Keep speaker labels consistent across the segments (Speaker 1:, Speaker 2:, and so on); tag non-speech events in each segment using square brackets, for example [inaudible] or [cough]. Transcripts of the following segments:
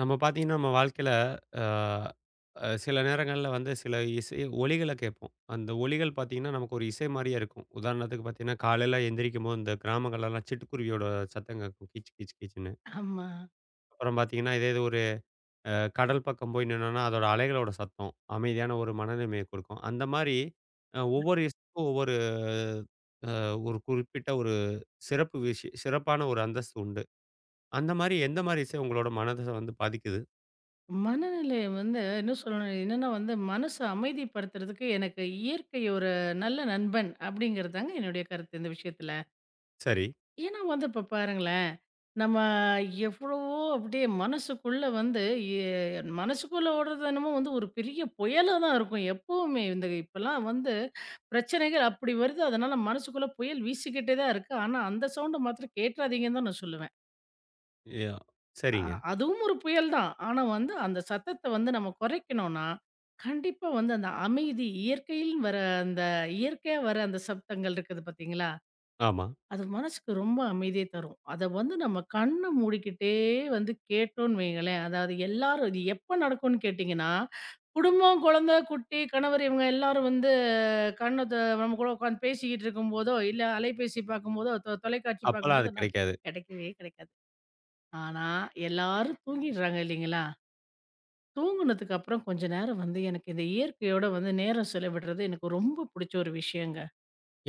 Speaker 1: நம்ம பார்த்தீங்கன்னா, நம்ம வாழ்க்கையில அ அ சில நேரங்கள்ல வந்து சில இசை ஒலிகள கேட்போம். அந்த ஒலிகள் பார்த்தீங்கன்னா, நமக்கு ஒரு இசை மாரியே இருக்கும். உதாரணத்துக்கு பார்த்தீங்கன்னா, காலையில எந்திரிக்கும்போது இந்த கிராமங்கள்லலாம் சிட்டுக்குருவியோட சத்தம் கேட்கும். கீச் கீச் கீச்ன்னு.
Speaker 2: ஆமா.
Speaker 1: அப்புறம் பார்த்தீங்கன்னா, இதே இது ஒரு அ கடல் பக்கம் போய் நின்னோம்னா, அதோட அலைகளோட சத்தம் அமைதியான ஒரு மனநிலைமைய கொடுக்கும். அந்த மாரி ஒவ்வொரு இசைக்கும் ஒவ்வொரு அ ஒரு குறிப்பிட்ட ஒரு சிறப்பு விஷய சிறப்பான ஒரு அந்தஸ்து உண்டு. அந்த மாரி எந்த மாரி இசை உங்களோட மனத வந்து பாதிக்குது?
Speaker 2: மனநிலை வந்து என்ன சொல்லணும் என்னன்னா வந்து மனச அமைதிப்படுத்துறதுக்கு எனக்கு இயற்கை ஒரு நல்ல நண்பன் அப்படிங்கிறதுதாங்க என்னுடைய கருத்து இந்த விஷயத்துல.
Speaker 1: சரி.
Speaker 2: ஏன்னா வந்து இப்ப பாருங்களேன், நம்ம எவ்வளவோ அப்படியே மனசுக்குள்ள வந்து எ மனசுக்குள்ள ஓடுறது என்னமோ வந்து ஒரு பெரிய புயலா தான் இருக்கும் எப்பவுமே. இந்த இப்பலாம் வந்து பிரச்சனைகள் அப்படி வருது. அதனால மனசுக்குள்ள புயல் வீசிக்கிட்டே தான் இருக்கு. ஆனா அந்த சவுண்ட மாத்திரம் கேட்றாதீங்கன்னு தான் நான் சொல்லுவேன்.
Speaker 1: யா
Speaker 2: அ
Speaker 1: சரிங்க.
Speaker 2: அதுவும் ஒரு புயல் தான். ஆனா வந்து அந்த சத்தத்த வந்து நம்ம குறைக்கணும்னா, கண்டிப்பா வந்து அந்த அமைதி இயற்கையில் வர அந்த இயற்கையா வர அந்த சப்தங்கள் இருக்குது பார்த்தீங்களா?
Speaker 1: ஆமா.
Speaker 2: அது மனசுக்கு ரொம்ப அமைதிய தரும். அத வந்து நம்ம கண்ண மூடிக்கிட்டே வந்து கேட்டோம்ன்னு வையுங்களேன், அதாவது எல்லாரும் இது எப்ப நடக்கும்ன்னு கேட்டீங்கன்னா, குடும்பம், குழந்தை, குட்டி, கணவர் இவங்க எல்லாரும் வந்து கண்ண த நம்ம கூட உட்காந்து பேசிக்கிட்டு இருக்கும்போதோ, இல்ல அலைபேசி பார்க்கும்போதோ, தொலைக்காட்சி
Speaker 1: அப்பலாம் அது
Speaker 2: பார்க்கும்போதோ, நான்
Speaker 1: கிடைக்காது.
Speaker 2: கிடைக்கவே கிடைக்காது. ஆனா, எல்லாரும் தூங்கிடுறாங்க இல்லைங்களா? தூங்குனதுக்கு அப்புறம் கொஞ்ச நேரம் வந்து எனக்கு இந்த இயற்கையோட வந்து நேரம் செலவிடுறது எனக்கு ரொம்ப பிடிச்ச ஒரு விஷயங்க.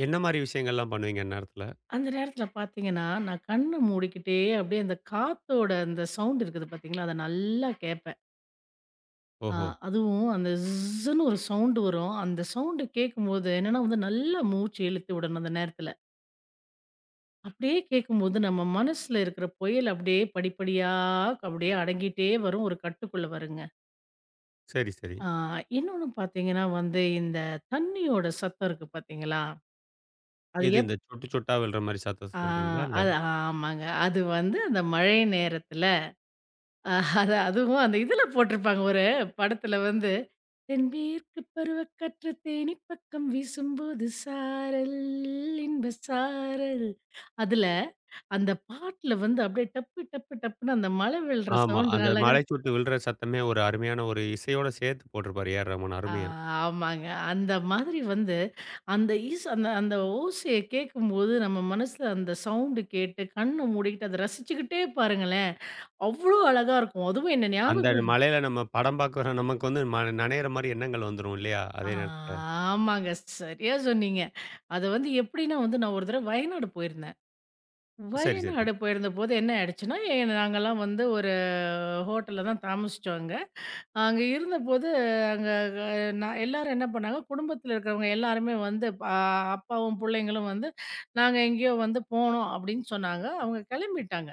Speaker 1: என்ன மாரி விஷயங்கள்லாம் பண்ணுவீங்க அந்நேரத்துல?
Speaker 2: அந்த நேரத்தில பார்த்தீங்கன்னா, நான் கண்ண மூடிக்கிட்டே அப்படியே அந்த காத்தோட அந்த சவுண்ட் இருக்குது பார்த்தீங்களா? அத நல்லா கேட்பேன். ஆ
Speaker 1: ஓஹோ!
Speaker 2: அதுவும் அந்த ஜிஸ்ஸுன்னு ஒரு சவுண்ட் வரும். அந்த சவுண்ட் கேட்கும்போது என்னன்னா வந்து நல்லா மூச்சு இழுத்து விடணும் அந்த நேரத்தில. அப்படியே கேட்கும்போது நம்ம மனசுல இருக்கிற புயல் அப்படியே படிப்படியா அப்படியே அடங்கிட்டே வரும். ஒரு கட்டுக்குள்ள வருங்க.
Speaker 1: சரி, சரி.
Speaker 2: ஆ இன்னொன்னு பார்த்தீங்கன்னா வந்து, இந்த தண்ணியோட சத்தம் இருக்கு பார்த்தீங்களா? அது
Speaker 1: எது
Speaker 2: எப்
Speaker 1: இந்த சொட்டு சொட்டா விழுற மாரி சத்தத்த
Speaker 2: ஆ
Speaker 1: சொல்றீங்களா? இல்ல
Speaker 2: அது ஆமாங்க. அது வந்து அந்த மழை நேரத்தில அதுவும் அந்த இதில போட்டிருப்பாங்க ஒரு படத்தில வந்து, "தென்மேற்கு பருவக்காற்று தேனி பக்கம் வீசும்போது சாரல், இன்ப சாரல்" அதில அந்த பாட்டுல வந்து அப்படியே டப்பு டப்பு டப்புன்னு அந்த மழை விழுற
Speaker 1: ஆமா.
Speaker 2: சவுண்ட்
Speaker 1: அந்த
Speaker 2: நல்லா
Speaker 1: மழைச்சொட்டு விழுற சத்தமே ஒரு அருமையான ஒரு இசையோட சேர்த்து போட்டிருப்பாரு ஏ ஆர் ரகுமான்.
Speaker 2: ஆ,
Speaker 1: அருமையா.
Speaker 2: ஆமாங்க. அந்த மாதிரி வந்து அந்த ஈஸ் அந்த அந்த ஓசைய கேட்கும்போது, நம்ம மனசுல அந்த சவுண்ட் கேட்டு, கண்ண மூடிக்கிட்டு அத ரசிச்சுக்கிட்டே பாருங்களேன், அவ்ளோ அழகா இருக்கும். அதுவும் என்ன
Speaker 1: அந்த
Speaker 2: ஞாபகம்
Speaker 1: மழையில நம்ம படம் பார்க்குற நமக்கு வந்து ம நனையிற மாரி எண்ணங்கள் வந்துரும் இல்லையா?
Speaker 2: ஆ
Speaker 1: அதே நேரத்துல.
Speaker 2: ஆமாங்க. சரியா சொன்னீங்க. அது வந்து எப்படின்னா வந்து, நான் ஒரு தடவ வயநாடு போயிருந்தேன்.
Speaker 1: சரி, சரி.
Speaker 2: வயநாடு போயிருந்தபோது என்ன ஆயிடுச்சுன்னா, நாங்கலாம் வந்து ஒரு ஹோட்டல்ல தான் தாமசிச்சோம் அங்க. அங்க இருந்தபோது, அங்க க நான் எல்லாரும் என்ன பண்ணாங்க, குடும்பத்தில இருக்கிறவங்க எல்லாருமே வந்து அப்பாவும், பிள்ளைங்களும் வந்து, "நாங்க எங்கேயோ வந்து போனோம்" அப்படின்னு சொன்னாங்க. அவங்க கெளம்பிட்டாங்க.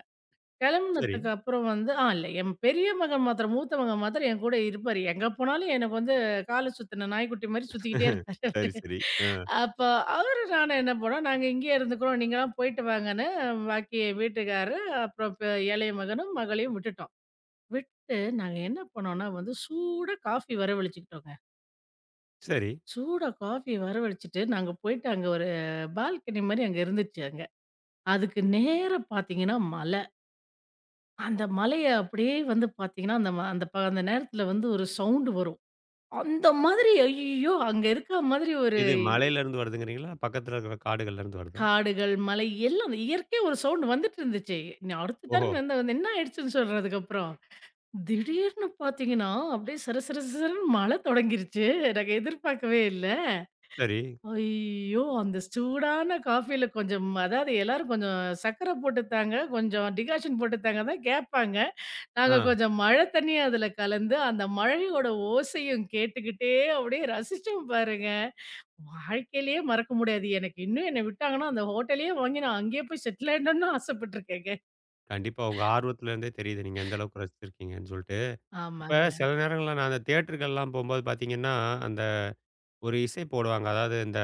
Speaker 1: சரி.
Speaker 2: கெளம்புனதுக்கு அப்புறம் வந்து ஆ இல்ல என் பெரிய மகன் மாத்திரம் மூத்த மகன் மாத்திரம் என் கூட இருப்பாரு. எங்க போனாலும் எனக்கு வந்து கால சுத்தின நாய்க்குட்டி மாரி சுத்திக்கிட்டே
Speaker 1: [laughs]
Speaker 2: இருப்பாரு
Speaker 1: சரி,
Speaker 2: அவரு.
Speaker 1: சரி. அ
Speaker 2: அப்ப அவரு நானும் என்ன பண்ணோம், "நாங்க இங்கேயே இருந்துக்கிறோம். நீங்கலாம் போயிட்டு வாங்கன்னு" பாக்கி வீட்டுக்காரரு, அப்புறம் இளைய மகனும், மகளையும் விட்டுட்டோம். விட்டு நாங்க என்ன பண்ணோம்னா வந்து சூடா காஃபி வரவழிச்சுக்கிட்டோங்க.
Speaker 1: சரி.
Speaker 2: சூடா காஃபி வரவழிச்சுட்டு, நாங்க போயிட்டு அங்க ஒரு பால்கனி மாரி அங்க இருந்துச்சு அங்க. அதுக்கு நேரா பார்த்தீங்கன்னா மலை. அந்த மலைய அப்படியே வந்து பார்த்தீங்கன்னா, அந்த ம அந்த ப அந்த நேரத்தில வந்து ஒரு சவுண்ட் வரும். அந்த மாதிரி ஐயய்யோ! அங்க இருக்கா மாதிரி ஒரு
Speaker 1: இது மலையிலருந்து வருதுங்கிறீங்களா? பக்கத்துல இருக்கிற காடுகள்லேருந்து வருதா?
Speaker 2: காடுகள், மலை எல்லாம் இயற்கையா ஒரு சவுண்ட் வந்துட்டு இருந்துச்சு. நான் அடுத்த
Speaker 1: ஓஹோ!
Speaker 2: தரம் என்ன வந்து என்ன ஆயிடுச்சுன்னு சொல்றதுக்கு அப்புறம். திடீர்னு பார்த்தீங்கன்னா, அப்படியே சர சர சரன்னு மழை தொடங்கிருச்சு. நாங்க எதிர்பார்க்கவே இல்ல.
Speaker 1: சரி.
Speaker 2: ஐயோ! அந்த சூடான காஃபில கொஞ்சம் அதாவது எல்லாரும் கொஞ்சம் சர்க்கரை போட்டுத்தாங்க, கொஞ்சம் டிகாஷன் போட்டுத்தாங்க தான் கேட்பாங்க.
Speaker 1: ஆ.
Speaker 2: நாங்க கொஞ்சம் மழை தண்ணீய அதில கலந்து, அந்த மழையோட ஓசையும் கேட்டுக்கிட்டே அப்படியே ரசிச்சோம் பாருங்க. வாழ்க்கையிலேயே மறக்க முடியாது. எனக்கு இன்னும் என்ன விட்டாங்கன்னா, அந்த ஹோட்டலயே வாங்கி நான் அங்கேயே போய் செட்டில் ஆயிடணும்னு ஆசைப்பட்டுருக்கேங்க.
Speaker 1: கண்டிப்பா. உங்க ஆர்வத்துல இருந்தே தெரியுது. நீங்க எந்த அளவுக்கு ரசிச்சிருக்கீங்கன்னு சொல்ட்டு. இப்ப
Speaker 2: ஆமாங்க,
Speaker 1: சில நேரங்கள்ல நான் அந்த தியேட்டர்கள்லாம் போம்போது பார்த்தீங்கன்னா, அந்த ஒரு இசை போடுவாங்க. அதாவது இந்த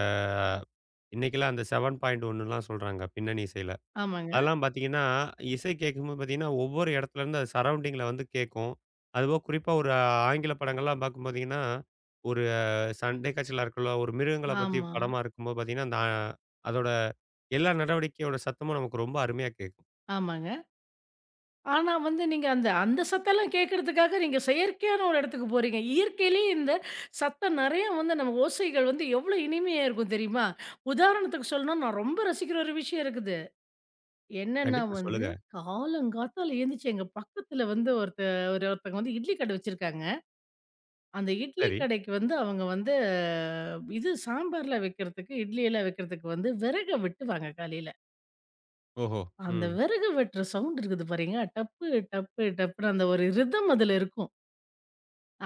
Speaker 1: இன்னைக்கெல்லாம் அந்த 7.1லாம் சொல்றாங்க பின்னணி இசையில.
Speaker 2: ஆமாங்க,
Speaker 1: அதெல்லாம் பார்த்தீங்கன்னா, இசை கேட்கும்போது பார்த்தீங்கன்னா, ஒவ்வொரு இடத்துலருந்து அது சரவுண்டிங்ல வந்து கேட்கும். அதுபோக குறிப்பா ஒரு ஆங்கில படங்கள்லாம் பார்க்கும் பார்த்தீங்கன்னா, ஒரு சண்டை காட்சிகளா இருக்கலாம், ஒரு மிருகங்கள பத்தி
Speaker 2: ஆமா,
Speaker 1: படமா இருக்கும்போது பார்த்தீங்கன்னா, அந்த ஆ- அதோட எல்லா நடவடிக்கையோட சத்தமும் நமக்கு ரொம்ப அருமையா கேட்கும்.
Speaker 2: ஆமாங்க. ஆனா வந்து நீங்க அந்த அந்த சத்தெல்லாம் கேட்கறதுக்காக நீங்க செயற்கையான ஒரு இடத்துக்கு போறீங்க. இயற்கையிலேயே இந்த சத்தம் நெறைய வந்து நம்ம ஓசைகள் வந்து எவ்வளோ இனிமையா இருக்கும் தெரியுமா? உதாரணத்துக்கு சொல்லணும்னா, நான் ரொம்ப ரசிக்கிற ஒரு விஷயம் இருக்குது. என்னன்னா
Speaker 1: கண்டிப்பா
Speaker 2: வந்து,
Speaker 1: சொல்லுங்க.
Speaker 2: காலங்காத்தால எந்திரிச்சு எங்க பக்கத்துல வந்து ஒருத்தவங்க வந்து இட்லி கடை வச்சிருக்காங்க. அந்த இட்லி
Speaker 1: சரி.
Speaker 2: கடைக்கு வந்து அவங்க வந்து இது சாம்பார்லாம் வைக்கிறதுக்கு, இட்லி எல்லாம் வைக்கிறதுக்கு வந்து விறக வெட்டுவாங்க காலையில.
Speaker 1: ஓஹோ!
Speaker 2: அந்த
Speaker 1: ம்.
Speaker 2: விறகு வெட்டுற சவுண்ட் இருக்குது பாருங்க. டப்பு, டப்பு, டப்புன்னு அந்த ஒரு ரிதம் அதுல இருக்கும்.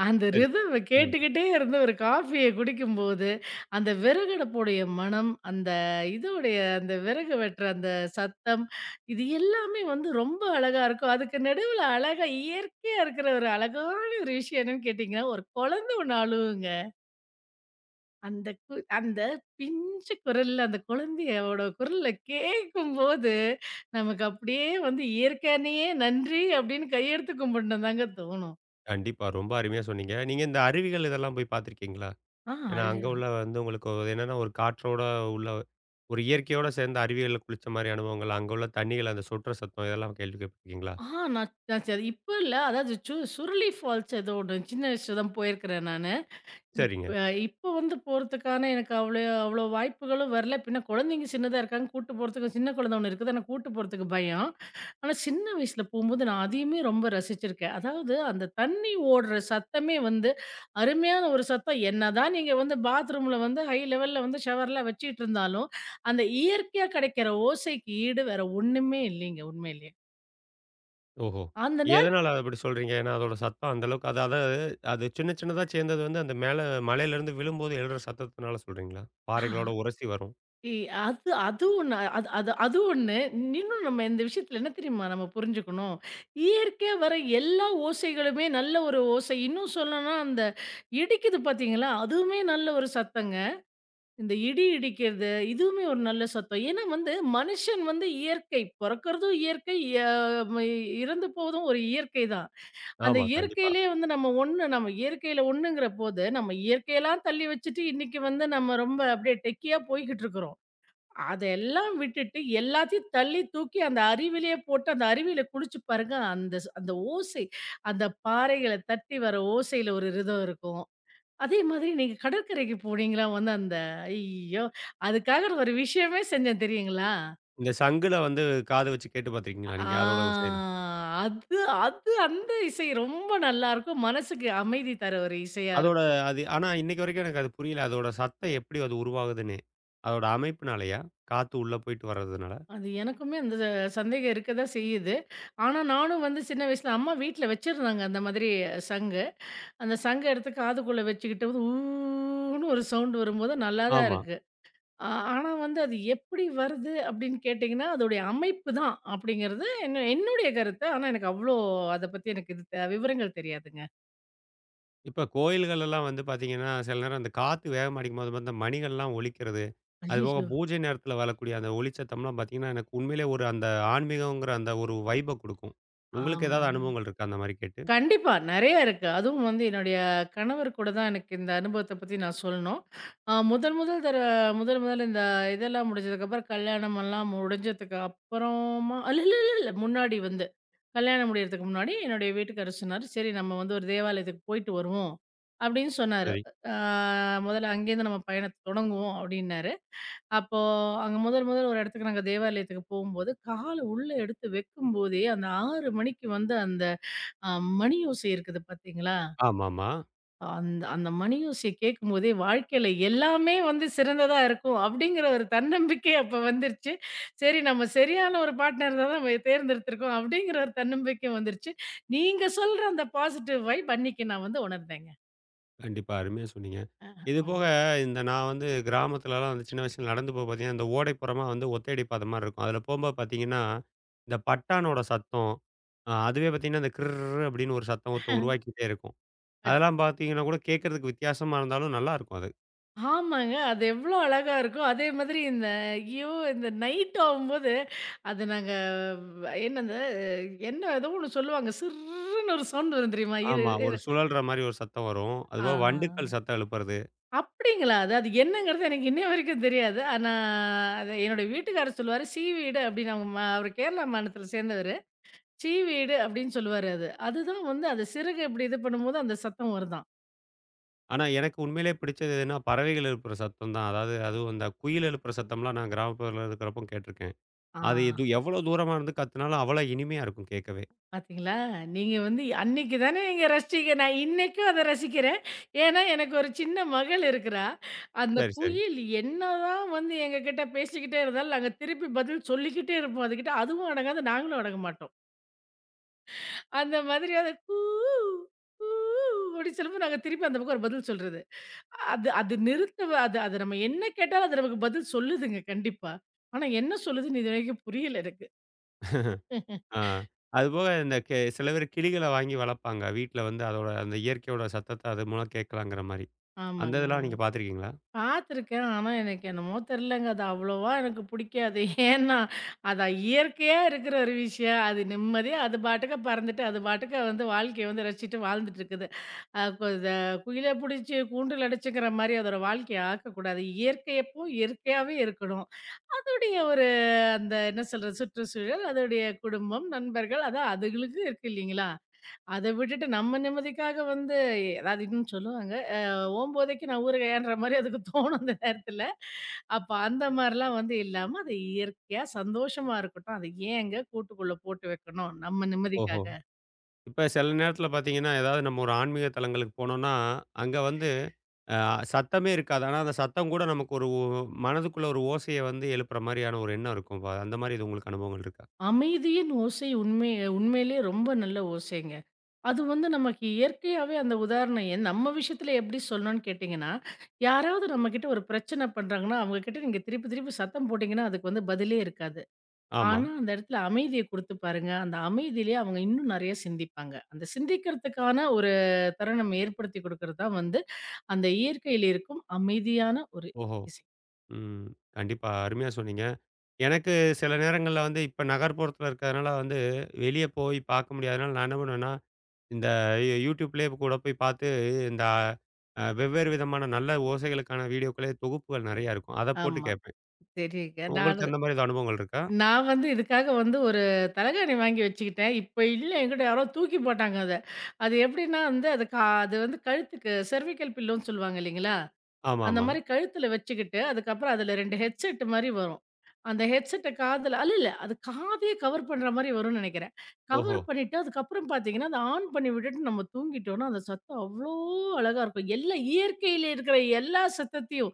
Speaker 2: அந்த
Speaker 1: சரி, சரி.
Speaker 2: ரிதம்ம
Speaker 1: ம்.
Speaker 2: கேட்டுக்கிட்டே இருந்து ஒரு காஃபிய குடிக்கும்போது, அந்த விறகடுப்புடைய மணம், அந்த இதோடைய அந்த விறகு வெட்டுற அந்த சத்தம், இது எல்லாமே வந்து ரொம்ப அழகா இருக்கும். அதுக்கு நடுவுல அழகா இயற்கையா இருக்கிற ஒரு அழகான ஒரு விஷயம் என்னன்னு கேட்டீங்கன்னா, ஒரு ஒண்ணு அழுவுங்க. அந்த கு அந்த பிஞ்சு குரல்ல அந்த குழந்தையோட குரல கேட்கும்போது, நமக்கு அப்படியே வந்து இயற்கையானயே நன்றி அப்படின்னு கையெடுத்து கும்பிடணும்னு தாங்க தோணும்.
Speaker 1: கண்டிப்பா. ரொம்ப அருமையா சொன்னீங்க. நீங்க இந்த அருவிகள் இதெல்லாம் போய் பார்த்துருக்கீங்களா?
Speaker 2: ஆ.
Speaker 1: ஏன்னா, அங்க உள்ள வந்து உங்களுக்கு என்னன்னா, ஒரு காற்றோட உள்ள ஒரு இயற்கையோட சேர்ந்த அருவிகள்ல குளிச்ச மாரி அனுபவங்கள், அங்க உள்ள தண்ணீகள், அந்த சொட்டுற சத்தம் இதெல்லாம் கேள்விப்பட்டுருக்கீங்களா?
Speaker 2: ஆ நான் நான் சரி இப்ப இல்ல. அதாவது சுருளி ஃபால்ஸ் ஏதோ ஒண்ணு சின்ன வயசுல தான் போயிருக்கிறேன் நானு.
Speaker 1: சரிங்க.
Speaker 2: இப்ப இப்ப வந்து போறதுக்கான எனக்கு அவ்ளோ அவ்ளோ வாய்ப்புகளும் வரல. பின்ன குழந்தைங்க சின்னதா இருக்காங்க. கூட்டு போறதுக்கு சின்ன குழந்தை ஒண்ணு இருக்குது. ஆனா கூட்டு போறதுக்கு பயம். ஆனா சின்ன வயசுல போம்போது நான் அதையுமே ரொம்ப ரசிச்சிருக்கேன். அதாவது அந்த தண்ணி ஓடுற சத்தமே வந்து அருமையான ஒரு சத்தம். என்னதான் நீங்க வந்து பாத்ரூம்ல வந்து ஹை லெவல்ல வந்து ஷவர்லாம் வச்சுட்டு இருந்தாலும், அந்த இயற்கையா கிடைக்கிற ஓசைக்கு ஈடு வேற ஒண்ணுமே இல்லைங்க உண்மையிலேயே.
Speaker 1: ஓஹோ!
Speaker 2: அந்த
Speaker 1: எதனால அப்படி சொல்றீங்க? ஏன்னா, அதோட சத்தம் அந்த அளவுக்கு அது அதாவது அது சின்ன சின்னதா சேர்ந்தது வந்து அந்த மேல மலையிலேருந்து விழும்போது எழுற சத்தத்தினால சொல்றீங்களா? பாறைகளோட
Speaker 2: நேர
Speaker 1: உரசி வரும்.
Speaker 2: இ அது அது ஒண்ணு. அது அது அது ஒண்ணு. இன்னும் நம்ம இந்த விஷயத்துல என்ன தெரியுமா நம்ம புரிஞ்சுக்கணும்? இயற்கையா வர எல்லா ஓசைகளுமே நல்ல ஒரு ஓசை. இன்னும் சொல்லணும்னா, அந்த இடிக்குது பார்த்தீங்களா? அதுவுமே நல்ல ஒரு சத்தங்க. இந்த இடி இடிக்கிறது, இதுவுமே ஒரு நல்ல சத்தம். ஏன்னா வந்து, மனுஷன் வந்து இயற்கை. பொறக்கறதும் இயற்கை, ய ம இறந்து போவதும் ஒரு இயற்கை தான். அந்த
Speaker 1: ஆமா, கண்டிப்பா.
Speaker 2: இயற்கையிலேயே வந்து நம்ம ஒண்ணு நம்ம இயற்கையில ஒண்ணுங்கிற போது, நம்ம இயற்கையெல்லாம் தள்ளி வச்சுட்டு, இன்னைக்கு வந்து நம்ம ரொம்ப அப்படியே டெக்கியா போய்க்கிட்டு இருக்கிறோம். அதெல்லாம் விட்டுட்டு, எல்லாத்தையும் தள்ளி தூக்கி அந்த அருவியிலேயே போட்டு, அந்த அருவியில குளிச்சு பாருங்க. அந்த ஓசை, அந்த பாறைகள தட்டி வர ஓசையில ஒரு ரிதம் இருக்கும். அதே மாதிரி நீங்க கடற்கரைக்கு போனீங்களா? வந்து அந்த ஐயோ! அதுக்காக ஒரு விஷயமே செஞ்சேன் தெரியுங்களா?
Speaker 1: இந்த சங்குல வந்து காது வச்சு கேட்டு பார்த்துருக்கீங்களா
Speaker 2: ஆ
Speaker 1: நீங்க? அதோட [unintelligible]
Speaker 2: அது அது அந்த இசை ரொம்ப நல்லாயிருக்கும். மனசுக்கு அமைதி தர ஒரு இசையா
Speaker 1: அதோட
Speaker 2: இருக்கும்.
Speaker 1: அது ஆனா இன்னைக்கு வரைக்கும் எனக்கு அது புரியல. அதோட சத்தம் எப்படி அது உருவாகுதுன்னு? அதோட அமைப்பினாலயா? காத்து உள்ள போயிட்டு வர்றதுனால?
Speaker 2: அது எனக்குமே அந்த த சந்தேகம் இருக்க தான் செய்யுது. ஆனா, நானும் வந்து சின்ன வயசுல அம்மா வீட்ல வச்சிருந்தாங்க அந்த மாதிரி சங்கு. அந்த சங்க எடுத்து காதுக்குள்ள வச்சுக்கிட்டு வந்து ஊன்னு ஒரு சவுண்ட் வரும்போது நல்லா தான்
Speaker 1: ஆமா.
Speaker 2: இருக்கு. ஆ ஆனா வந்து அது எப்படி வருது அப்படின்னு கேட்டீங்கன்னா, அதோடைய அமைப்பு தான் அப்படிங்கிறது என்ன என்னுடைய கருத்து. ஆனா எனக்கு அவ்ளோ அத பத்தி எனக்கு விவரங்கள் தெரியாதுங்க.
Speaker 1: இப்ப கோயில்கள் எல்லாம் வந்து பார்த்தீங்கன்னா, சில நேரம் அந்த காத்து வேகமா அடிக்கும்போது வந்து அந்த மணிகள்லாம் ஒலிக்கிறது. அதுபோக
Speaker 2: அய்யய்யோ!
Speaker 1: பூஜை நேரத்தில வரக்கூடிய அந்த ஒலிச்சத்தம்லாம் பார்த்தீங்கன்னா, எனக்கு உண்மையிலே ஒரு அந்த ஆன்மீகங்கிற அந்த ஒரு வைப குடுக்கும். உங்களுக்கு ஏதாவது
Speaker 2: ஆமாங்க.
Speaker 1: அனுபவங்கள் இருக்கா அந்த மாரி கேட்டு?
Speaker 2: கண்டிப்பா. நெறைய இருக்கு. அதுவும் வந்து என்னுடைய கணவர் கூட தான் எனக்கு இந்த அனுபவத்த பத்தி நான் சொல்லணும். அ முதல் முதல் தர முதல் முதல்ல இந்த இதெல்லாம் முடிஞ்சதுக்கப்புறம் கல்யாணம் எல்லாம் முடிஞ்சதுக்கு அப்புறமா இல்ல இல்ல இல்ல இல்ல முன்னாடி வந்து. கல்யாணம் முடியறதுக்கு முன்னாடி என்னுடைய வீட்டுக்காரர் சொன்னாரு, "சரி நம்ம வந்து ஒரு தேவாலயத்துக்கு போயிட்டு வருவோம்." அப்படின்னு சொன்னாரு.
Speaker 1: சரி.
Speaker 2: அ முதல்ல அங்கேருந்து நம்ம பயணத்த தொடங்குவோம் அப்படின்னாரு. அப்போ அங்க முதல் முதல் ஒரு இடத்துக்கு நாங்க தேவாலயத்துக்கு போகும்போது, கால உள்ள எடுத்து வைக்கும்போதே அந்த 6 மணிக்கு வந்து அந்த அ மணி ஓசை இருக்குது பார்த்தீங்களா?
Speaker 1: ஆமாமா.
Speaker 2: அந்த அந்த மணி ஓசைய கேட்கும்போதே வாழ்க்கையில எல்லாமே வந்து சிறந்ததா இருக்கும். அப்படிங்கிற ஒரு தன்னம்பிக்கை அப்ப வந்துருச்சு. சரி நம்ம சரியான ஒரு பார்ட்னர் தான் நம்ம தேர்ந்தெடுத்திருக்கோம். அப்படிங்கிற ஒரு தன்னம்பிக்கை வந்துருச்சு. நீங்க சொல்ற அந்த பாசிட்டிவ் வைப் அன்னைக்கு நான் வந்து உணர்ந்தேங்க.
Speaker 1: கண்டிப்பா. அருமையா சொன்னீங்க. இது
Speaker 2: ஆமாங்க.
Speaker 1: போக இந்த நான் வந்து கிராமத்துலலாம் வந்து சின்ன வயசுல நடந்து போக பார்த்தீங்கன்னா, இந்த ஓடைப்புறமா வந்து ஒத்தையடி பாதை மாரி இருக்கும். அதில போம்போது பார்த்தீங்கன்னா, இந்த பட்டானோட சத்தம், அதுவே பார்த்தீங்கன்னா, இந்த கிர்ரு அப்படின்னு ஒரு சத்தத்த உருவாக்கிட்டே இருக்கும்.
Speaker 2: அட்
Speaker 1: அதெல்லாம் பார்த்தீங்கன்னா கூட கேட்கறதுக்கு வித்தியாசமா இருந்தாலும் நல்லாருக்கும் அது.
Speaker 2: ஆமாங்க. அது எவ்வளோ அழகா இருக்கும். அதே மாதிரி இந்த ஐயோ! இந்த நைட் ஆகும்போது அது நாங்க என்னது என்ன ஏதோ ஒண்ணு சொல்லுவாங்க. சிர்ருன்னு ஒரு சவுண்ட் வரும் தெரியுமா? இரு
Speaker 1: ஆமா. ஒரு
Speaker 2: இரு
Speaker 1: சுழல்ற மாரி ஒரு சத்தம் வரும். அதுபோக வண்டுக்கள்
Speaker 2: ஆ.
Speaker 1: சத்தம் எழுப்புறது.
Speaker 2: அப்படிங்களா? அது அது என்னங்கிறது எனக்கு இன்னைய வரைக்கும் தெரியாது. ஆனா, அது என்னுடைய வீட்டுக்காரர் சொல்லுவாரு, "சீவீடு" அப்படின்னு அவங்க ம அவரு கேரளா மாநிலத்தில சேர்ந்தவரு. "சீவீடு" அப்படின்னு சொல்லுவாரு அது. அதுதான் வந்து அது சிறகு இப்படி இது பண்ணும்போது அந்த சத்தம் வருதாம்.
Speaker 1: ஆனா, எனக்கு உண்மையிலேயே பிடிச்சது எதுன்னா, பறவைகள் எழுப்புற சத்தம் தான். அதாவது அதுவும் அந்த குயில் எழுப்புற சத்தம்லாம் நான் கிராமப்புறத்துல இருக்கிறப்போ கேட்டுருக்கேன்.
Speaker 2: ஆ.
Speaker 1: அது எது எவ்வளோ தூரமா இருந்து கத்துனாலும் அவ்வளோ இனிமையா இருக்கும் கேட்கவே.
Speaker 2: பார்த்தீங்களா? நீங்க வந்து அன்னைக்கு தானே நீங்க ரசிச்சீங்க. நான் இன்னைக்கும் அத ரசிக்கிறேன். ஏன்னா, எனக்கு ஒரு சின்ன மகள் இருக்கிறா. அந்த
Speaker 1: சரி, சரி.
Speaker 2: குயில் என்னதான் வந்து எங்ககிட்ட பேசிக்கிட்டே இருந்தாலும், நாங்க திருப்பி பதில் சொல்லிக்கிட்டே இருப்போம் அதுகிட்ட. அதுவும் அடங்காது, நாங்களும் அடங்க மாட்டோம். அந்த மாதிரி அது கூ கூ அப்படின்னு சொல்லும்போது நாங்க திருப்பி அந்த பக்கம் ஒரு பதில் சொல்றது. அது அது நிறுத்த அது அது நம்ம என்ன கேட்டாலும் அது நமக்கு பதில் சொல்லுதுங்க கண்டிப்பா. ஆனா என்ன சொல்லுதுன்னு இதுவரைக்கும் புரியல எனக்கு. [laughs]
Speaker 1: ஆ. அதுபோக இந்த சில பேர் கிளிகள வாங்கி வளர்ப்பாங்க. வீட்ல வந்து அதோட அந்த இயற்கையோட சத்தத்த அது மூலம் கேட்கலாங்கிற மாரி. அந்த
Speaker 2: ஆமாங்க.
Speaker 1: இதெல்லாம் நீங்க பார்த்துருக்கீங்களா?
Speaker 2: பார்த்துருக்கேன். ஆனா, எனக்கு என்னமோ தெரியலங்க. அது அவ்வளவா எனக்கு புடிக்காது. ஏன்னா, அது இயற்கையா இருக்கிற ஒரு விஷயம். அது நிம்மதியா அது பாட்டுக்கு பறந்துட்டு, அது பாட்டுக்கு வந்து வாழ்க்கைய வந்து ரசிச்சுட்டு வாழ்ந்துட்டு இருக்குது. அ கு இத குயில புடிச்சு கூண்டுல அடைச்சுக்கிற மாரி அதோட வாழ்க்கைய ஆக்கக்கூடாது. இயற்கையப்போ இயற்கையாவே இருக்கணும். அதோடைய ஒரு அந்த என்ன சொல்றது, சுற்றுச்சூழல், அதோடைய குடும்பம், நண்பர்கள் அதான் அதுகளுக்கு இருக்கு இல்லைங்களா? அத விட்டுட்டு நம்ம நிம்மதிக்காக வந்து அதாவது இன்னும் சொல்லுவாங்க, "ஓம்போதைக்கு நான் ஊறுகாயான்ற" மாரி அதுக்கு தோணும் அந்த நேரத்துல. அப்ப அந்த மாரிலாம் வந்து இல்லாம, அது இயற்கையா சந்தோஷமா இருக்கட்டும். அத ஏங்க கூட்டுக்குள்ள போட்டு வைக்கணும் நம்ம
Speaker 1: ஓஹோ!
Speaker 2: நிம்மதிக்காக?
Speaker 1: இப்ப சில நேரத்தில பார்த்தீங்கன்னா, ஏதாவது நம்ம ஒரு ஆன்மீக தலங்களுக்கு போனோம்னா, அங்க வந்து அ சத்தமே இருக்காது. ஆனா அந்த சத்தம் கூட நமக்கு ஒரு மனதுக்குள்ள ஒரு ஓசைய வந்து எழுப்புற மாரியான ஒரு எண்ணம் இருக்கும். அந்த மாரி இது உங்களுக்கு அனுபவங்கள் இருக்கா?
Speaker 2: அமைதியின் ஓசை உண்மை உண்மையிலேயே ரொம்ப நல்ல ஓசைங்க. அது வந்து நமக்கு இயற்கையாவே அந்த உதாரணம் நம்ம விஷயத்துல எப்படி சொல்லணும்னு கேட்டீங்கன்னா, யாராவது நம்மகிட்ட ஒரு பிரச்சனை பண்றாங்கன்னா, அவங்க கிட்ட நீங்க திருப்பி திருப்பி சத்தம் போட்டீங்கன்னா, அதுக்கு வந்து பதிலே இருக்காது.
Speaker 1: ஆமா.
Speaker 2: ஆனா, அந்த இடத்துல அமைதிய குடுத்து பாருங்க. அந்த அமைதியிலேயே அவங்க இன்னும் நெறைய சிந்திப்பாங்க. அந்த சிந்திக்கிறதுக்கான ஒரு தருணம் ஏற்படுத்தி குடுக்கிறது தான் வந்து, அந்த இயற்கையில் இருக்கும் அமைதியான ஒரு
Speaker 1: ஓஹோ!
Speaker 2: இசை.
Speaker 1: ம். கண்டிப்பா. அருமையா சொன்னீங்க. எனக்கு சில நேரங்கள்ல வந்து இப்ப நகர்ப்புறத்துல இருக்கிறதுனால வந்து, வெளிய போய் பார்க்க முடியாதனால நான் என்ன பண்ணுவேன்னா, இந்த YouTubeலயே கூட போய் பார்த்து, இந்த வெவ்வேறு விதமான நல்ல ஓசைகளுக்கான வீடியோக்களே தொகுப்புகள் நெறையா இருக்கும். அத போட்டு
Speaker 2: ஆமா.
Speaker 1: கேட்பேன்.
Speaker 2: சரிங்க.
Speaker 1: உங்களுக்கு அந்த மாரி எதுவும் அனுபவங்கள் இருக்கா?
Speaker 2: நான் வந்து இதுக்காக வந்து ஒரு தலகாணி வாங்கி வச்சுக்கிட்டேன். இப்ப இல்ல என்கிட்ட யாரோ தூக்கி போட்டாங்க அத. அது எப்படின்னா வந்து அது வந்து கழுத்துக்கு செர்விக்கல் பில்லோன்னு சொல்லுவாங்க இல்லைங்களா? அந்த
Speaker 1: ஆமாமா.
Speaker 2: மாரி கழுத்துல வச்சுக்கிட்டு, அதுக்கப்புறம் அதுல 2 ஹெட்செட் மாரி வரும். அந்த ஹெட்செட்ட காதுல அல்ல, இல்ல. அது காதையே கவர் பண்ற மாரி வரும்னு நெனைக்கிறேன்.
Speaker 1: ஓஹோ!
Speaker 2: கவர் பண்ணிட்டு, அதுக்கப்புறம் பார்த்தீங்கன்னா, அத ஆன் பண்ணி விட்டுட்டு நம்ம தூங்கிட்டோம்னா, அந்த சத்தம் அவ்ளோ அழகா இருக்கும். எல்லா இயற்கையில இருக்கிற எல்லா சத்தத்தையும்,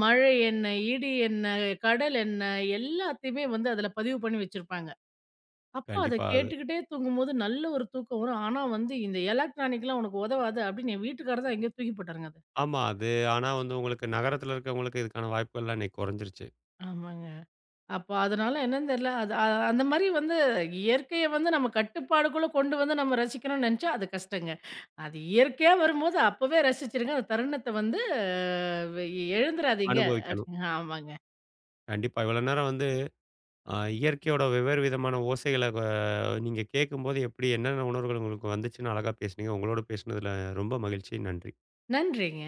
Speaker 2: மழை என்ன, இடி என்ன, கடல் என்ன, எல்லாத்தையுமே வந்து அதுல பதிவு பண்ணி வச்சிருப்பாங்க. அப்ப அத
Speaker 1: கண்டிப்பா அது.
Speaker 2: கேட்டுக்கிட்டே தூங்கும்போது நல்ல ஒரு தூக்கம் வரும். ஆனா வந்து, "இந்த எலக்ட்ரானிக்லாம் உனக்கு உதவாது" அப்படின்னு என் வீட்டுக்காரர் தான் எங்கேயோ தூக்கி போட்டாருங்க அத.
Speaker 1: ஆமா. அது ஆனா வந்து உங்களுக்கு நகரத்துல இருக்கிறவங்களுக்கு இதுக்கான வாய்ப்புகள்லாம் இன்னைக்கு குறைஞ்சிருச்சு.
Speaker 2: ஆமாங்க. அப்ப அதனால என்னன்னு தெரியல. அது அ அந்த மாரி வந்து இயற்கைய வந்து நம்ம கட்டுப்பாடுக்குள்ள கொண்டு வந்து நம்ம ரசிக்கணும்னு நெனச்சா அது கஷ்டங்க. அது இயற்கையா வரும்போது அப்பவே ரசிச்சுருங்க. அந்த தருணத்த வந்து வெ இழந்துராதீங்க.
Speaker 1: அனுபவிக்கணும்.
Speaker 2: அப்டின்னு ஆமாங்க.
Speaker 1: கண்டிப்பா. இவ்வளோ நேரம் வந்து இயற்கையோட வெவ்வேறு விதமான ஓசைகள நீங்க கேட்கும்போது எப்படி என்னென்ன உணர்வுகள் உங்களுக்கு வந்துச்சுன்னு அழகா பேசுனீங்க. உங்களோட பேசுனதுல ரொம்ப மகிழ்ச்சி. நன்றி.
Speaker 2: நன்றிங்க.